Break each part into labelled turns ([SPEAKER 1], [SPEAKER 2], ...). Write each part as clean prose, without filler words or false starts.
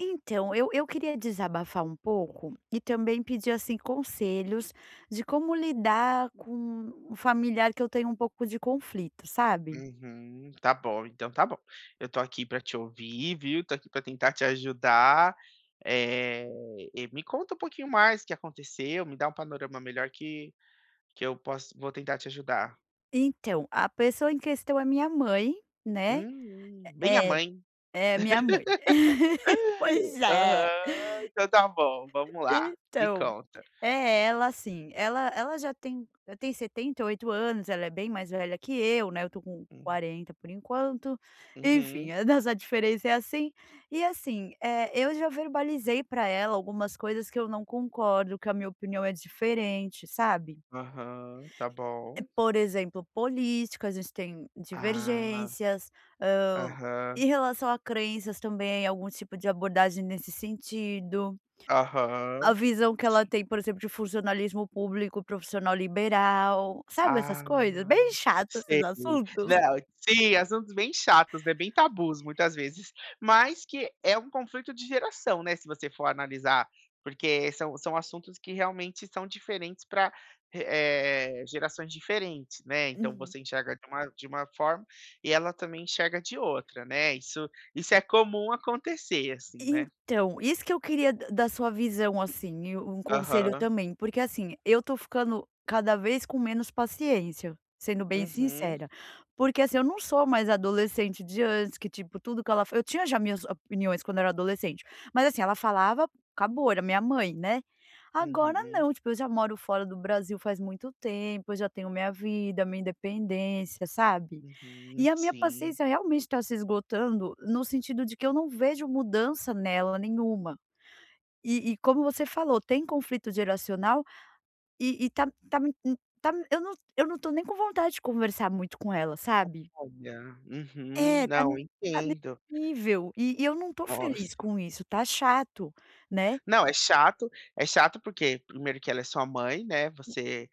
[SPEAKER 1] Então, eu queria desabafar um pouco e também pedir, assim, conselhos de como lidar com um familiar que eu tenho um pouco de conflito, sabe.
[SPEAKER 2] Uhum, tá bom, então tá bom. Eu tô aqui pra te ouvir, viu, tô aqui pra tentar te ajudar. Eh, e me conta um pouquinho mais o que aconteceu, me dá um panorama melhor que eu posso vou tentar te ajudar.
[SPEAKER 1] Então, a pessoa em questão é minha mãe, né.
[SPEAKER 2] Bem a
[SPEAKER 1] É,
[SPEAKER 2] mãe.
[SPEAKER 1] é minha mãe. Pois é.
[SPEAKER 2] Aham, então tá bom, vamos lá, me
[SPEAKER 1] Então
[SPEAKER 2] conta.
[SPEAKER 1] É, ela assim, ela ela já tem 78 anos, ela é bem mais velha que eu, né, eu tô com
[SPEAKER 2] Hum,
[SPEAKER 1] 40 por enquanto, enfim,
[SPEAKER 2] uhum,
[SPEAKER 1] a nossa diferença é assim. E assim, eu já verbalizei pra ela algumas coisas que eu não concordo, que a minha opinião é diferente, sabe.
[SPEAKER 2] aham, tá
[SPEAKER 1] Eh,
[SPEAKER 2] bom.
[SPEAKER 1] por exemplo, política, a gente tem
[SPEAKER 2] Ah,
[SPEAKER 1] divergências, hã,
[SPEAKER 2] aham,
[SPEAKER 1] em relação a crenças também, algum tipo de abordagem nesse sentido. A
[SPEAKER 2] aham.
[SPEAKER 1] visão que ela tem, por exemplo, de funcionalismo público, profissional liberal, sabe essas
[SPEAKER 2] Ah,
[SPEAKER 1] coisas? Bem chato esses
[SPEAKER 2] sei. Não,
[SPEAKER 1] assuntos.
[SPEAKER 2] sim, assuntos bem chatos, né, bem tabus muitas vezes, mas que é um conflito de geração, né, se você for analisar, porque são assuntos que realmente são diferentes para gerações diferentes, né, então
[SPEAKER 1] Uhum.
[SPEAKER 2] você enxerga de uma forma e ela também enxerga de outra, né, isso é comum acontecer, assim, né.
[SPEAKER 1] Então, isso que eu queria d da sua visão, assim, e um conselho
[SPEAKER 2] Aham.
[SPEAKER 1] também, porque, assim, eu tô ficando cada vez com menos paciência, sendo bem
[SPEAKER 2] Uhum,
[SPEAKER 1] sincera. Porque, assim, eu não sou mais adolescente de antes, que tipo, tudo que ela fa eu tinha já minhas opiniões quando era adolescente, mas, assim, ela falava, acabou, era minha mãe, né. Agora
[SPEAKER 2] uhum,
[SPEAKER 1] não, tipo, eu já moro fora do Brasil faz muito tempo, eu já tenho minha vida, minha independência, sabe?
[SPEAKER 2] uhum,
[SPEAKER 1] E a minha
[SPEAKER 2] sim.
[SPEAKER 1] paciência realmente está se esgotando, no sentido de que eu não vejo mudança nela nenhuma. E como você falou, tem conflito geracional e tá me hum, eu não tô nem com vontade de conversar muito com ela, sabe.
[SPEAKER 2] Olha, uhum,
[SPEAKER 1] É,
[SPEAKER 2] não,
[SPEAKER 1] tá nesse
[SPEAKER 2] entendo.
[SPEAKER 1] nível, e eu não tô feliz
[SPEAKER 2] Nossa.
[SPEAKER 1] com isso, tá chato, né.
[SPEAKER 2] Não, é chato porque primeiro que ela é sua mãe, né, você,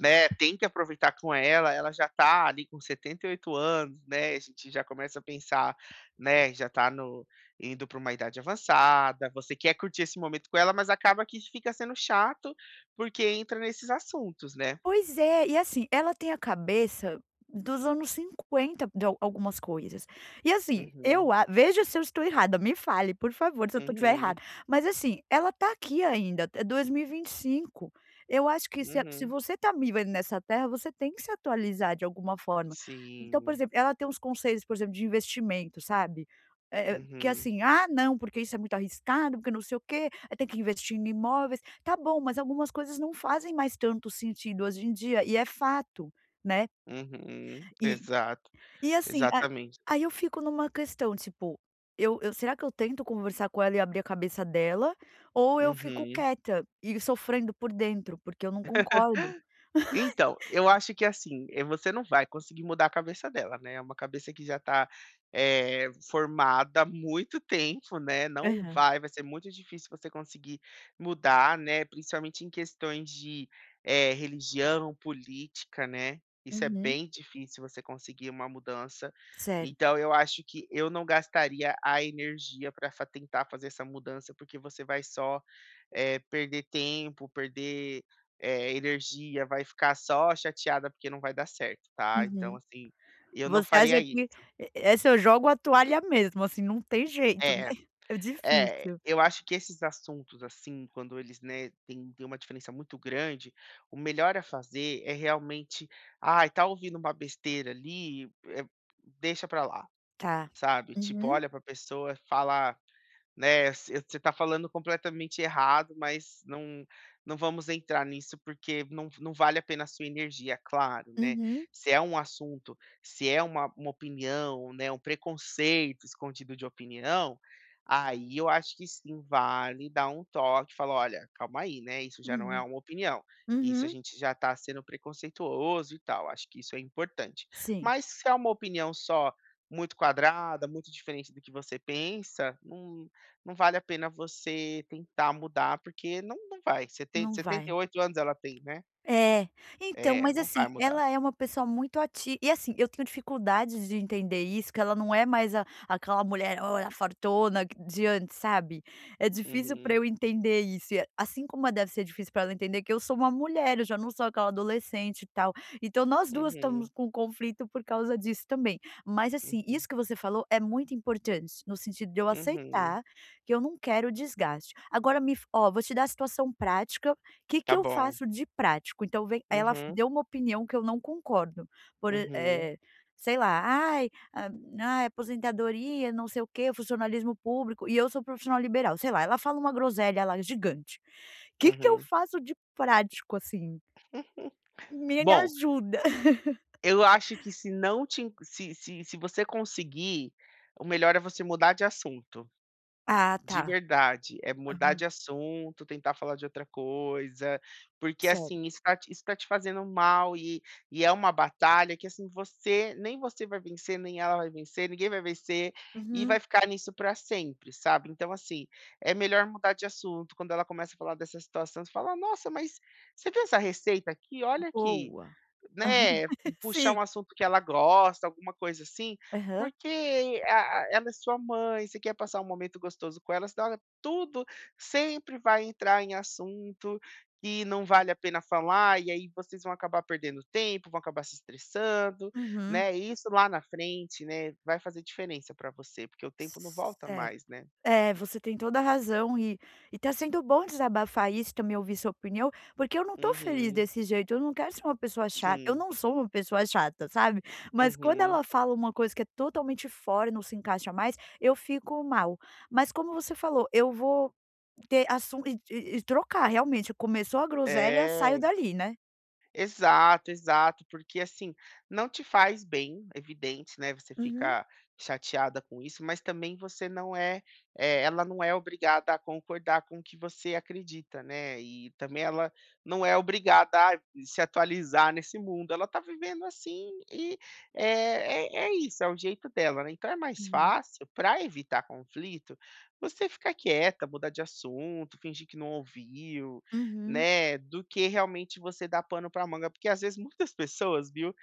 [SPEAKER 2] né, tem que aproveitar com ela, ela já tá ali com 78 anos, né, a gente já começa a pensar, né, já tá no indo para uma idade avançada, você quer curtir esse momento com ela, mas acaba que fica sendo chato, porque entra nesses assuntos, né.
[SPEAKER 1] Pois é, e assim, ela tem a cabeça dos anos 50 de al algumas coisas. E assim,
[SPEAKER 2] Uhum,
[SPEAKER 1] eu a veja se eu estou errada, me fale, por favor, se eu tô estiver
[SPEAKER 2] uhum,
[SPEAKER 1] errada. Mas assim, ela tá aqui ainda, é dois mil e vinte e cinco. Eu acho que se
[SPEAKER 2] uhum.
[SPEAKER 1] você tá me nessa terra, você tem que se atualizar de alguma forma. Então, por
[SPEAKER 2] Sim.
[SPEAKER 1] exemplo, ela tem uns conselhos, por exemplo, de investimento, sabe. Que
[SPEAKER 2] Uhum,
[SPEAKER 1] assim: "Ah, não, porque isso é muito arriscado, porque não sei o quê, aí tem que investir em imóveis". Tá bom, mas algumas coisas não fazem mais tanto sentido hoje em dia, e é fato, né.
[SPEAKER 2] uhum.
[SPEAKER 1] E
[SPEAKER 2] Exato,
[SPEAKER 1] e assim, a
[SPEAKER 2] exatamente.
[SPEAKER 1] aí eu fico numa questão, tipo, eu será que eu tento conversar com ela e abrir a cabeça dela, ou eu fico
[SPEAKER 2] Uhum.
[SPEAKER 1] quieta e sofrendo por dentro, porque eu não concordo.
[SPEAKER 2] Então, eu acho que assim, você não vai conseguir mudar a cabeça dela, né, é uma cabeça que já está formada há muito tempo, né, não
[SPEAKER 1] Aham.
[SPEAKER 2] vai, vai ser muito difícil você conseguir mudar, né, principalmente em questões de, religião, política, né, isso é
[SPEAKER 1] Uhum.
[SPEAKER 2] bem difícil você conseguir uma mudança.
[SPEAKER 1] Certo.
[SPEAKER 2] Então eu acho que eu não gastaria a energia para tentar fazer essa mudança, porque você vai só, perder tempo, perder, energia, vai ficar só chateada porque não vai dar certo, tá. Então,
[SPEAKER 1] Uhum.
[SPEAKER 2] assim, eu não
[SPEAKER 1] Você
[SPEAKER 2] faria
[SPEAKER 1] acha
[SPEAKER 2] isso.
[SPEAKER 1] que essa eu jogo a toalha mesmo, assim, não tem jeito, né.
[SPEAKER 2] É,
[SPEAKER 1] É
[SPEAKER 2] é,
[SPEAKER 1] difícil.
[SPEAKER 2] eu acho que esses assuntos, assim, quando eles, né, têm uma diferença muito grande, o melhor a fazer é realmente, ai, tá ouvindo uma besteira ali, deixa pra lá,
[SPEAKER 1] Tá.
[SPEAKER 2] sabe. Tipo,
[SPEAKER 1] Uhum,
[SPEAKER 2] olha pra pessoa, fala. Né, você está falando completamente errado, mas não vamos entrar nisso, porque não vale a pena a sua energia, claro, né.
[SPEAKER 1] uhum,
[SPEAKER 2] Se é um assunto, se é uma opinião, né, um preconceito escondido de opinião, aí eu acho que sim, vale dar um toque, falar: "Olha, calma aí, né, isso já não é
[SPEAKER 1] uhum,
[SPEAKER 2] uma opinião, isso a
[SPEAKER 1] uhum.
[SPEAKER 2] gente já está sendo preconceituoso e tal", acho que isso é importante.
[SPEAKER 1] Sim,
[SPEAKER 2] Mas se é uma opinião só muito quadrada, muito diferente do que você pensa, não vale a pena você tentar mudar, porque não vai. Setenta,
[SPEAKER 1] não
[SPEAKER 2] setenta e
[SPEAKER 1] vai.
[SPEAKER 2] oito anos ela tem, né?
[SPEAKER 1] É, então,
[SPEAKER 2] É,
[SPEAKER 1] mas
[SPEAKER 2] não vai
[SPEAKER 1] assim,
[SPEAKER 2] mudar.
[SPEAKER 1] ela é uma pessoa muito ativa e assim, eu tenho dificuldade de entender isso, que ela não é mais a aquela mulherona fortona q de antes, sabe. É difícil pra
[SPEAKER 2] Uhum,
[SPEAKER 1] eu entender isso, e é, assim como deve ser difícil pra ela entender que eu sou uma mulher, eu já não sou aquela adolescente e tal. Então nós 2 estamos
[SPEAKER 2] uhum,
[SPEAKER 1] com conflito por causa disso também. Mas assim,
[SPEAKER 2] uhum,
[SPEAKER 1] isso que você falou é muito importante, no sentido de eu
[SPEAKER 2] uhum.
[SPEAKER 1] aceitar que eu não quero desgaste. Agora me f ó, vou te dar a situação prática. Que que
[SPEAKER 2] Tá
[SPEAKER 1] eu
[SPEAKER 2] bom.
[SPEAKER 1] faço de prático? Então vem aí ela
[SPEAKER 2] Uhum,
[SPEAKER 1] deu uma opinião que eu não concordo, por e
[SPEAKER 2] uhum,
[SPEAKER 1] eh, sei lá: "Ai, ah, ai, aposentadoria, não sei o quê, funcionalismo público", e eu sou profissional liberal, sei lá, ela fala uma groselha lá gigante. Que eu
[SPEAKER 2] uhum.
[SPEAKER 1] faço de prático, assim? Me
[SPEAKER 2] Bom,
[SPEAKER 1] ajuda.
[SPEAKER 2] eu acho que se não te in- se se você conseguir, o melhor é você mudar de assunto.
[SPEAKER 1] Ah,
[SPEAKER 2] De
[SPEAKER 1] tá.
[SPEAKER 2] verdade, é mudar
[SPEAKER 1] Aham.
[SPEAKER 2] de assunto, tentar falar de outra coisa, porque
[SPEAKER 1] Certo.
[SPEAKER 2] assim, isso tá te fazendo mal e é uma batalha que assim, você vai vencer, nem ela vai vencer, ninguém vai vencer, e vai
[SPEAKER 1] Uhum.
[SPEAKER 2] ficar nisso para sempre, sabe. Então assim, é melhor mudar de assunto, quando ela começa a falar dessa situação, você fala: "Nossa, mas você viu essa receita aqui? Olha aqui".
[SPEAKER 1] Boa.
[SPEAKER 2] Né, puxar
[SPEAKER 1] Sim.
[SPEAKER 2] um assunto que ela gosta, alguma coisa assim,
[SPEAKER 1] Aham.
[SPEAKER 2] porque a ela é sua mãe, você quer passar um momento gostoso com ela, senão tudo sempre vai entrar em assunto que não vale a pena falar, e aí vocês vão acabar perdendo tempo, vão acabar se estressando,
[SPEAKER 1] Uhum.
[SPEAKER 2] né, e isso lá na frente, né, vai fazer diferença para você, porque o tempo não volta
[SPEAKER 1] Certo.
[SPEAKER 2] mais, né.
[SPEAKER 1] É, você tem toda a razão e tá sendo bom desabafar isso, também ouvir sua opinião, porque eu não tô feliz
[SPEAKER 2] Uhum.
[SPEAKER 1] desse jeito, eu não quero ser uma pessoa chata, eu
[SPEAKER 2] Sim.
[SPEAKER 1] não sou uma pessoa chata, sabe. Mas quando
[SPEAKER 2] Uhum.
[SPEAKER 1] ela fala uma coisa que é totalmente fora, não se encaixa mais, eu fico mal. Mas como você falou, eu vou ter assunto e trocar realmente, começou a groselha, eu saio
[SPEAKER 2] É.
[SPEAKER 1] dali, né.
[SPEAKER 2] Exato, exato, porque assim, não te faz bem, evidente, né? Você
[SPEAKER 1] Uhum.
[SPEAKER 2] fica chateada com isso, mas também você não é, eh, ela não é obrigada a concordar com o que você acredita, né? E também ela não é obrigada a se atualizar nesse mundo. Ela tá vivendo assim e é isso, é o jeito dela, né? Então é mais
[SPEAKER 1] Uhum.
[SPEAKER 2] fácil, para evitar conflito, você ficar quieta, mudar de assunto, fingir que não ouviu,
[SPEAKER 1] Uhum.
[SPEAKER 2] né, do que realmente você dar pano para manga, porque às vezes muitas pessoas, viu,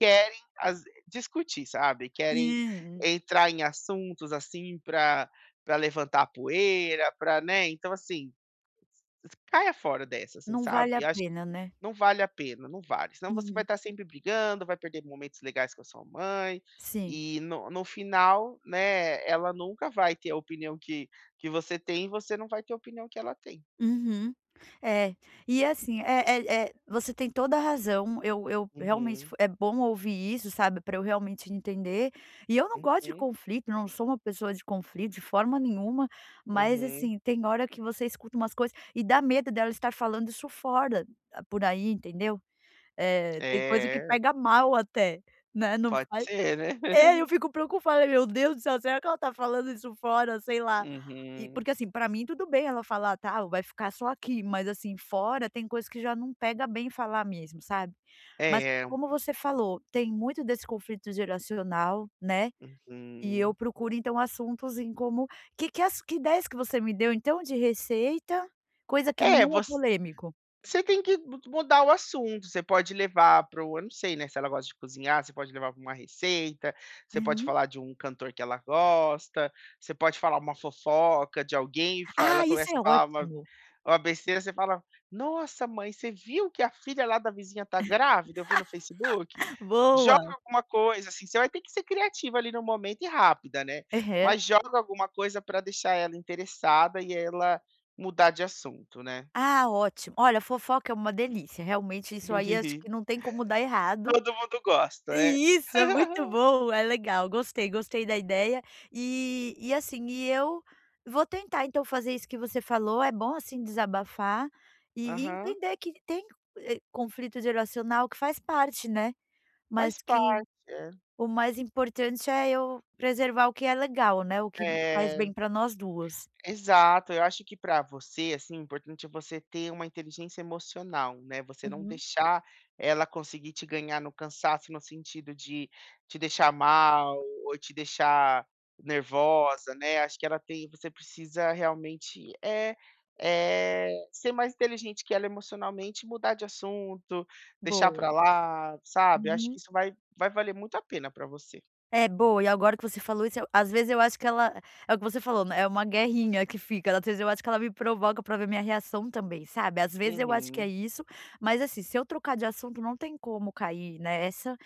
[SPEAKER 2] querem as discutir, sabe, querem
[SPEAKER 1] É,
[SPEAKER 2] entrar em assuntos, assim, para levantar poeira, para, né, então assim, caia fora dessa, assim,
[SPEAKER 1] não vale a
[SPEAKER 2] sabe, acho que
[SPEAKER 1] pena, né.
[SPEAKER 2] não vale a pena, não vale, senão você vai
[SPEAKER 1] Uhum.
[SPEAKER 2] estar sempre brigando, vai perder momentos legais com a sua mãe,
[SPEAKER 1] Sim.
[SPEAKER 2] e no final, né, ela nunca vai ter a opinião que você tem e você não vai ter a opinião que ela tem.
[SPEAKER 1] Uhum. É, e assim, é você tem toda a razão, eu realmente
[SPEAKER 2] Uhum,
[SPEAKER 1] é bom ouvir isso, sabe, para eu realmente entender, e eu não gosto de
[SPEAKER 2] uhum,
[SPEAKER 1] conflito, não sou uma pessoa de conflito de forma nenhuma, mas
[SPEAKER 2] uhum.
[SPEAKER 1] assim, tem hora que você escuta umas coisas e dá medo dela estar falando isso fora, ah, por aí, entendeu. É tem coisa que
[SPEAKER 2] É,
[SPEAKER 1] pega mal até, né, não
[SPEAKER 2] pode ser, né.
[SPEAKER 1] é, eu fico preocupada, meu Deus do céu, será que ela tá falando isso fora, sei lá. E
[SPEAKER 2] Uhum.
[SPEAKER 1] porque assim, pra mim tudo bem ela falar: "Tá, vai ficar só aqui", mas assim, fora tem coisa que já não pega bem falar mesmo, sabe. Mas
[SPEAKER 2] É, um,
[SPEAKER 1] como você falou, tem muito desse conflito geracional, né, e eu
[SPEAKER 2] uhum.
[SPEAKER 1] procuro então assuntos em como que ideias que você me deu então de receita, coisa que
[SPEAKER 2] É,
[SPEAKER 1] não é
[SPEAKER 2] você
[SPEAKER 1] polêmico?
[SPEAKER 2] você tem que mu mudar o assunto, você pode levar para o eu não sei, né, se ela gosta de cozinhar, você pode levar para uma receita, você pode
[SPEAKER 1] Uhum.
[SPEAKER 2] falar de um cantor que ela gosta, você pode falar uma fofoca de alguém, fa ela
[SPEAKER 1] Ah, isso
[SPEAKER 2] começa
[SPEAKER 1] é
[SPEAKER 2] a falar uma.
[SPEAKER 1] ótimo.
[SPEAKER 2] Uma besteira, você fala: "Nossa mãe, você viu que a filha lá da vizinha tá grávida? Eu vi no Facebook". Joga
[SPEAKER 1] Boa.
[SPEAKER 2] alguma coisa, assim, você vai ter que ser criativa ali no momento e rápida, né.
[SPEAKER 1] Aham.
[SPEAKER 2] Mas joga alguma coisa para deixar ela interessada e ela mudar de assunto, né.
[SPEAKER 1] Ah, ótimo. Olha, fofoca é uma delícia, realmente isso aí acho que não tem como dar errado.
[SPEAKER 2] Todo mundo gosta, né.
[SPEAKER 1] E isso, é muito bom, é legal, gostei, gostei da ideia. E eu vou tentar então fazer isso que você falou, é bom assim desabafar e
[SPEAKER 2] Aham.
[SPEAKER 1] entender que tem, conflito geracional que faz parte, né, mas
[SPEAKER 2] Faz
[SPEAKER 1] que
[SPEAKER 2] parte, é.
[SPEAKER 1] o mais importante é eu preservar o que é legal, né, o que faz
[SPEAKER 2] É.
[SPEAKER 1] bem para nós duas.
[SPEAKER 2] Exato, eu acho que para você, assim, o importante é você ter uma inteligência emocional, né, você não
[SPEAKER 1] Uhum,
[SPEAKER 2] deixar ela conseguir te ganhar no cansaço, no sentido de te deixar mal ou te deixar nervosa, né, acho que ela tem você precisa realmente, ser mais inteligente que ela emocionalmente, mudar de assunto, deixar
[SPEAKER 1] boa.
[SPEAKER 2] para lá, sabe. Eu acho que
[SPEAKER 1] Uhum.
[SPEAKER 2] isso vai valer muito a pena para você.
[SPEAKER 1] É, boa. E agora que você falou isso, eu às vezes eu acho que ela é o que você falou, né, é uma guerrinha que fica, às vezes eu acho que ela me provoca pra ver minha reação também, sabe. Às vezes eu acho que é
[SPEAKER 2] Uhum,
[SPEAKER 1] isso, mas assim, se eu trocar de assunto não tem como cair nessa,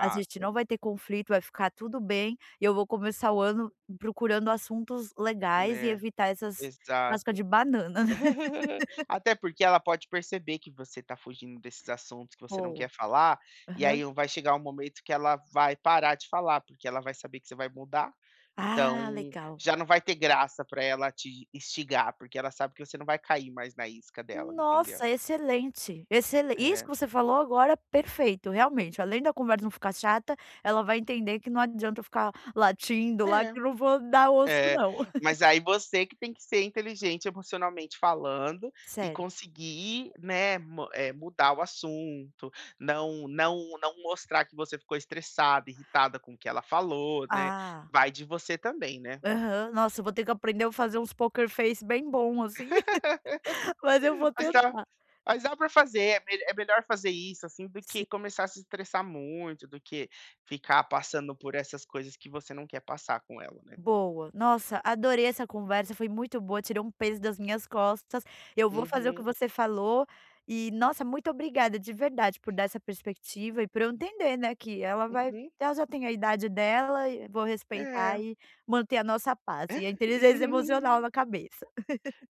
[SPEAKER 1] a gente não vai ter conflito, vai ficar tudo bem, e eu vou começar o ano procurando assuntos legais e
[SPEAKER 2] né,
[SPEAKER 1] evitar essas cascas
[SPEAKER 2] exato.
[SPEAKER 1] de banana, né.
[SPEAKER 2] Até porque ela pode perceber que você está fugindo desses assuntos que você não
[SPEAKER 1] Boa.
[SPEAKER 2] quer falar, e aí
[SPEAKER 1] Aham.
[SPEAKER 2] vai chegar um momento que ela vai parar de falar, porque ela vai saber que você vai mudar,
[SPEAKER 1] Ah,
[SPEAKER 2] então
[SPEAKER 1] legal.
[SPEAKER 2] já não vai ter graça para ela te instigar, porque ela sabe que você não vai cair mais na isca dela, entendeu?
[SPEAKER 1] Nossa, excelente, excelen isso que
[SPEAKER 2] É.
[SPEAKER 1] você falou agora, é perfeito, realmente, além da conversa não ficar chata, ela vai entender que não adianta eu ficar latindo lá
[SPEAKER 2] É.
[SPEAKER 1] que eu não vou dar osso
[SPEAKER 2] É,
[SPEAKER 1] não.
[SPEAKER 2] mas aí você que tem que ser inteligente emocionalmente falando e
[SPEAKER 1] Sério?
[SPEAKER 2] conseguir, né, mudar o assunto, não não não mostrar que você ficou estressada, irritada com o que ela falou, né,
[SPEAKER 1] Ah,
[SPEAKER 2] vai de você também, né.
[SPEAKER 1] aham. Nossa, eu vou ter que aprender a fazer uns poker face bem bom assim, mas eu vou
[SPEAKER 2] Mas dá
[SPEAKER 1] tentar.
[SPEAKER 2] mas dá para fazer, é me é melhor fazer isso, assim, do que começar a se estressar muito, do que ficar passando por essas coisas que você não quer passar com ela, né.
[SPEAKER 1] Boa. Nossa, adorei essa conversa, foi muito boa, tirou um peso das minhas costas. Eu vou fazer o que
[SPEAKER 2] Uhum,
[SPEAKER 1] você falou e, nossa, muito obrigada de verdade por dar essa perspectiva e por eu entender, né, que
[SPEAKER 2] uhum,
[SPEAKER 1] ela já tem a idade dela e vou respeitar
[SPEAKER 2] é.
[SPEAKER 1] e manter a nossa paz e a inteligência emocional na cabeça.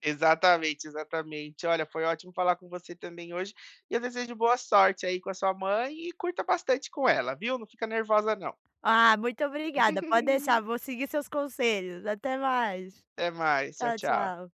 [SPEAKER 2] Exatamente, exatamente. Olha, foi ótimo falar com você também hoje e eu desejo boa sorte aí com a sua mãe e curta bastante com ela, viu? Não fica nervosa não.
[SPEAKER 1] Ah, muito obrigada, pode deixar, vou seguir seus conselhos. Até mais.
[SPEAKER 2] Até mais, tchau,
[SPEAKER 1] Tchau,
[SPEAKER 2] tchau.
[SPEAKER 1] tchau.